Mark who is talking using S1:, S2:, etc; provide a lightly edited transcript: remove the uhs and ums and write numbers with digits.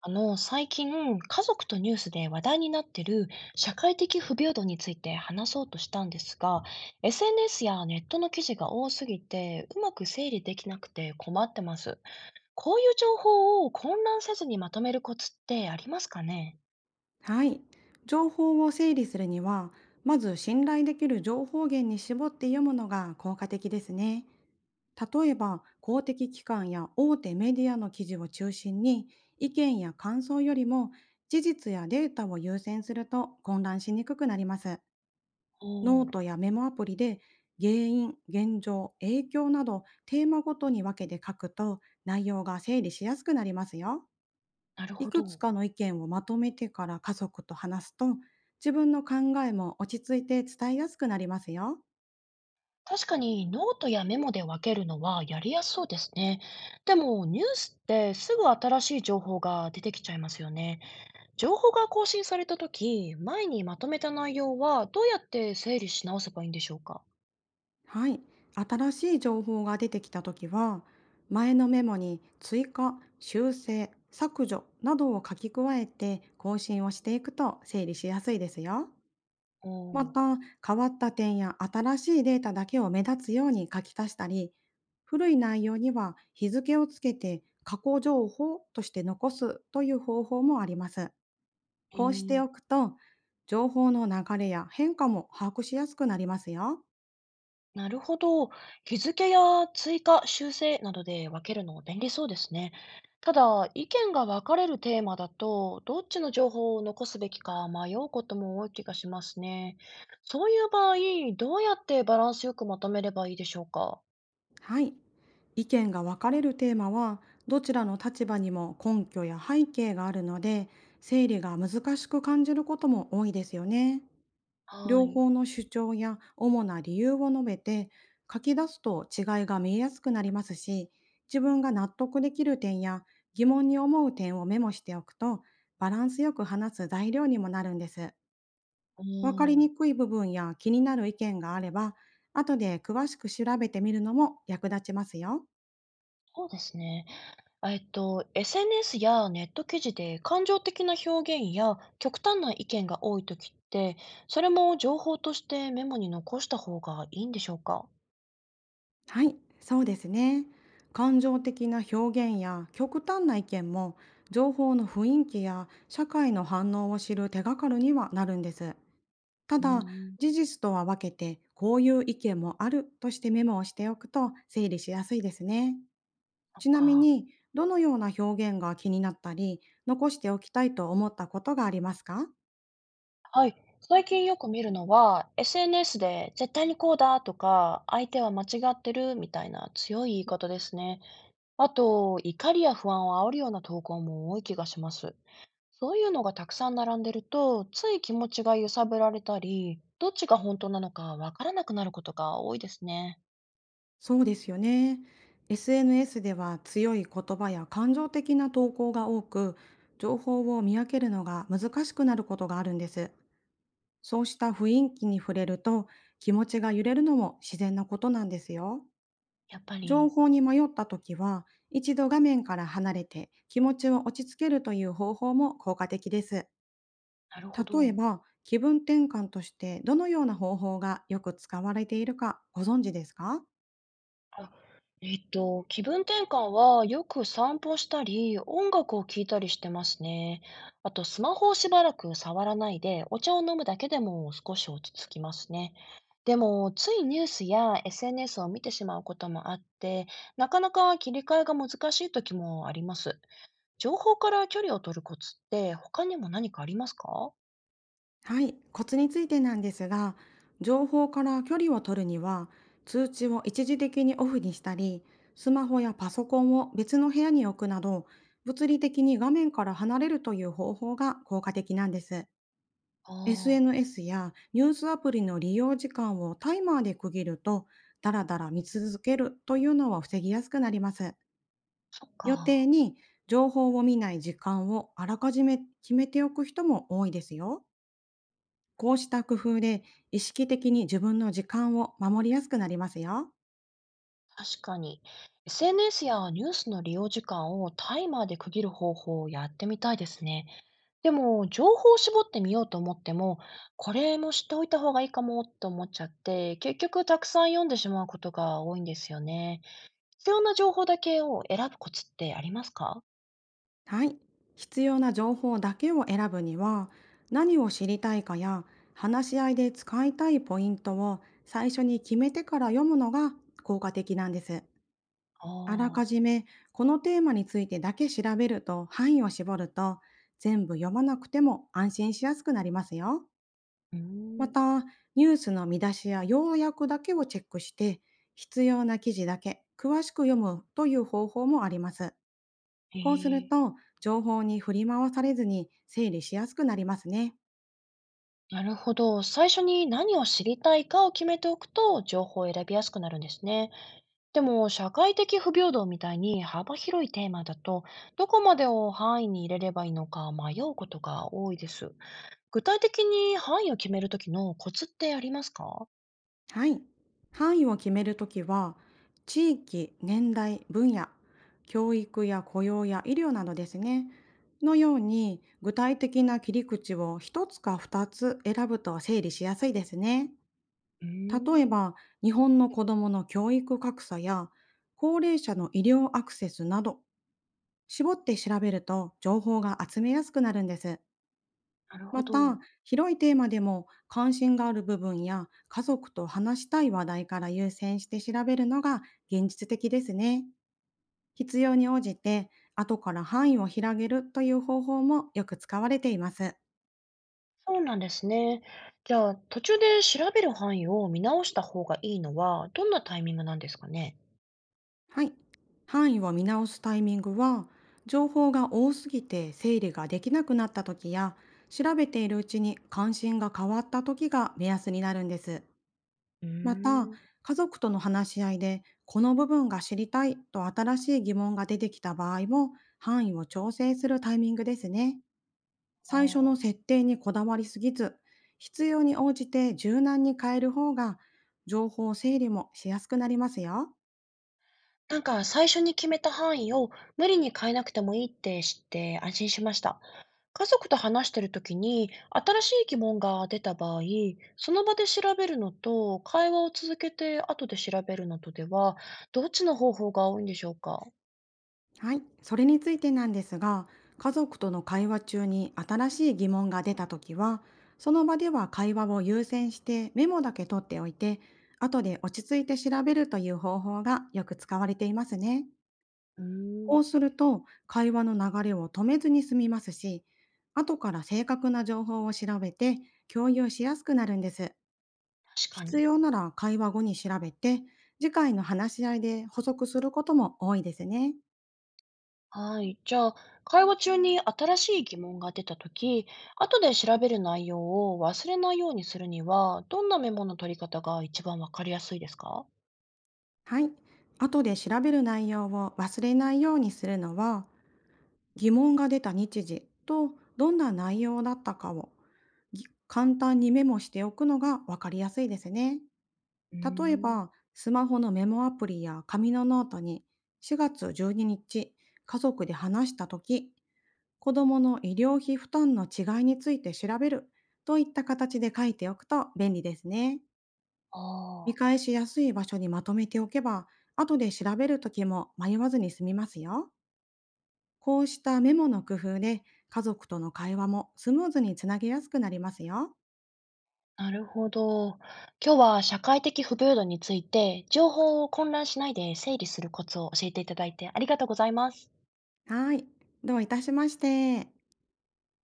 S1: 最近、家族とニュースで話題になってる社会的不平等について話そうとしたんですが、SNS やネットの記事が多すぎて、うまく整理できなくて困ってます。こういう情報を混乱せずにまとめるコツってありますかね？
S2: はい。情報を整理するには、まず信頼できる情報源に絞って読むのが効果的ですね。例えば、公的機関や大手メディアの記事を中心に、意見や感想よりも事実やデータを優先すると混乱しにくくなります。
S1: お
S2: ノー
S1: ー。
S2: トやメモアプリで原因、現状、影響などテーマごとに分けて書くと内容が整理しやすくなりますよ。
S1: なる
S2: い
S1: ほ
S2: くつ
S1: ど。
S2: かの意見をまとめてから家族と話すと、自分の考えも落ち着いて伝えやすくなりますよ。
S1: 確かにノートやメモで分けるのはやりやすそうですね。でもニュースってすぐ新しい情報が出てきちゃいますよね。情報が更新されたとき、前にまとめた内容はどうやって整理し直せばいいんでしょうか？
S2: はい。新しい情報が出てきたときは、前のメモに追加、修正、削除などを書き加えて更新をしていくと整理しやすいですよ。
S1: お
S2: ま
S1: ー。
S2: た、変わった点や新しいデータだけを目立つように書き足したり、古い内容には日付をつけて過去情報として残すという方法もあります。
S1: え
S2: こうして
S1: ー。
S2: おくと、情報の流れや変化も把握しやすくなりますよ。
S1: なるほど。日付や追加、修正などで分けるの便利そうですね。ただ、意見が分かれるテーマだと、どっちの情報を残すべきか迷うことも多い気がしますね。そういう場合、どうやってバランスよくまとめればいいでしょうか？
S2: はい。意見が分かれるテーマは、どちらの立場にも根拠や背景があるので、整理が難しく感じることも多いですよね。
S1: は
S2: 両
S1: い。
S2: 方の主張や主な理由を述べて、書き出すと違いが見えやすくなりますし、自分が納得できる点や疑問に思う点をメモしておくと、バランスよく話す材料にもなるんです。
S1: う
S2: わかり
S1: ん。
S2: にくい部分や気になる意見があれば、後で詳しく調べてみるのも役立ちますよ。
S1: そうですね。SNS やネット記事で感情的な表現や極端な意見が多いときって、それも情報としてメモに残した方がいいんでしょうか？
S2: はい、そうですね。感情的な表現や極端な意見も、情報の雰囲気や社会の反応を知る手がかりにはなるんです。た
S1: うー
S2: だ、
S1: ん。
S2: 事実とは分けて、こういう意見もあるとしてメモをしておくと整理しやすいですね。
S1: なん
S2: ちなみ
S1: か。
S2: に、どのような表現が気になったり、残しておきたいと思ったことがありますか？
S1: はい。最近よく見るのは、SNS で絶対にこうだとか、相手は間違ってるみたいな強い言い方ですね。あと、怒りや不安を煽るような投稿も多い気がします。そういうのがたくさん並んでると、つい気持ちが揺さぶられたり、どっちが本当なのかわからなくなることが多いですね。
S2: そうですよね。SNS では強い言葉や感情的な投稿が多く、情報を見分けるのが難しくなることがあるんです。そうした雰囲気に触れると、気持ちが揺れるのも自然なことなんですよ。
S1: やっぱ
S2: 情
S1: り。
S2: 報に迷った時は、一度画面から離れて気持ちを落ち着けるという方法も効果的です。
S1: なるほ
S2: 例え
S1: ど。
S2: ば、気分転換としてどのような方法がよく使われているかご存知ですか？
S1: あ。気分転換はよく散歩したり、音楽を聴いたりしてますね。あと、スマホをしばらく触らないで、お茶を飲むだけでも少し落ち着きますね。でも、ついニュースや SNS を見てしまうこともあって、なかなか切り替えが難しい時もあります。情報から距離を取るコツって他にも何かありますか？
S2: はい、コツについてなんですが、情報から距離を取るには、通知を一時的にオフにしたり、スマホやパソコンを別の部屋に置くなど、物理的に画面から離れるという方法が効果的なんです。
S1: ああ。
S2: SNS やニュースアプリの利用時間をタイマーで区切ると、だらだら見続けるというのは防ぎやすくなります。
S1: そっ
S2: 予定
S1: か。
S2: に情報を見ない時間をあらかじめ決めておく人も多いですよ。こうした工夫で意識的に自分の時間を守りやすくなりますよ。
S1: 確かに。SNS やニュースの利用時間をタイマーで区切る方法をやってみたいですね。でも、情報を絞ってみようと思っても、これも知っておいた方がいいかもと思っちゃって、結局たくさん読んでしまうことが多いんですよね。必要な情報だけを選ぶコツってありますか？
S2: はい。必要な情報だけを選ぶには、何を知りたいかや話し合いで使いたいポイントを最初に決めてから読むのが効果的なんです。
S1: あ
S2: あらか
S1: あー。
S2: じめこのテーマについてだけ調べると範囲を絞ると全部読まなくても安心しやすくなりますよ。
S1: うー
S2: ま
S1: ん。
S2: た、ニュースの見出しや要約だけをチェックして、必要な記事だけ詳しく読むという方法もあります。
S1: へ
S2: こうする
S1: え。
S2: と、情報に振り回されずに整理しやすくなりますね。
S1: なるほど。最初に何を知りたいかを決めておくと、情報を選びやすくなるんですね。でも、社会的不平等みたいに幅広いテーマだと、どこまでを範囲に入れればいいのか迷うことが多いです。具体的に範囲を決めるときのコツってありますか？
S2: はい。範囲を決めるときは、地域、年代、分野、教育や雇用や医療などですね。のように、具体的な切り口を一つか二つ選ぶと整理しやすいですね。
S1: う
S2: 例え
S1: ーん。
S2: ば、日本の子どもの教育格差や高齢者の医療アクセスなど、絞って調べると情報が集めやすくなるんです。
S1: なるほ
S2: また、
S1: ど。
S2: 広いテーマでも関心がある部分や家族と話したい話題から優先して調べるのが現実的ですね。必要に応じて、後から範囲を広げるという方法もよく使われています。
S1: そうなんですね。じゃあ、途中で調べる範囲を見直した方がいいのは、どんなタイミングなんですかね？
S2: はい。範囲を見直すタイミングは、情報が多すぎて整理ができなくなった時や、調べているうちに関心が変わった時が目安になるんです。
S1: うー
S2: また、
S1: ん。
S2: 家族との話し合いで、この部分が知りたいと新しい疑問が出てきた場合も、範囲を調整するタイミングですね。
S1: あ
S2: 最初の
S1: あ。
S2: 設定にこだわりすぎず、必要に応じて柔軟に変える方が、情報整理もしやすくなりますよ。
S1: なんか最初に決めた範囲を無理に変えなくてもいいって知って安心しました。家族と話してる時に新しい疑問が出た場合、その場で調べるのと会話を続けて後で調べるのとでは、どっちの方法が多いんでしょうか？
S2: はい、それについてなんですが、家族との会話中に新しい疑問が出たときは、その場では会話を優先してメモだけ取っておいて、後で落ち着いて調べるという方法がよく使われていますね。
S1: うー
S2: こ
S1: ん。
S2: うすると、会話の流れを止めずに済みますし、後から正確な情報を調べて共有しやすくなるんです。
S1: 確か
S2: 必
S1: に。
S2: 要なら会話後に調べて、次回の話し合いで補足することも多いですね。
S1: はい。じゃあ、会話中に新しい疑問が出た時、後で調べる内容を忘れないようにするには、どんなメモの取り方が一番わかりやすいですか？
S2: はい。後で調べる内容を忘れないようにするのは、疑問が出た日時とどんな内容だったかをぎ簡単にメモしておくのが分かりやすいですね。
S1: うー
S2: 例え
S1: ん。
S2: ば、スマホのメモアプリや紙のノートに4月12日、家族で話した時子どもの医療費負担の違いについて調べるといった形で書いておくと便利ですね。見
S1: あ
S2: 返しやすい場所にまとめておけば、後で調べるときも迷わずに済みますよ。こうしたメモの工夫で、家族との会話もスムーズにつなげやすくなりますよ。
S1: あ、なるほど。今日は社会的不平等について、情報を混乱しないで整理するコツを教えていただいてありがとうございます。
S2: はい。どういたしまして。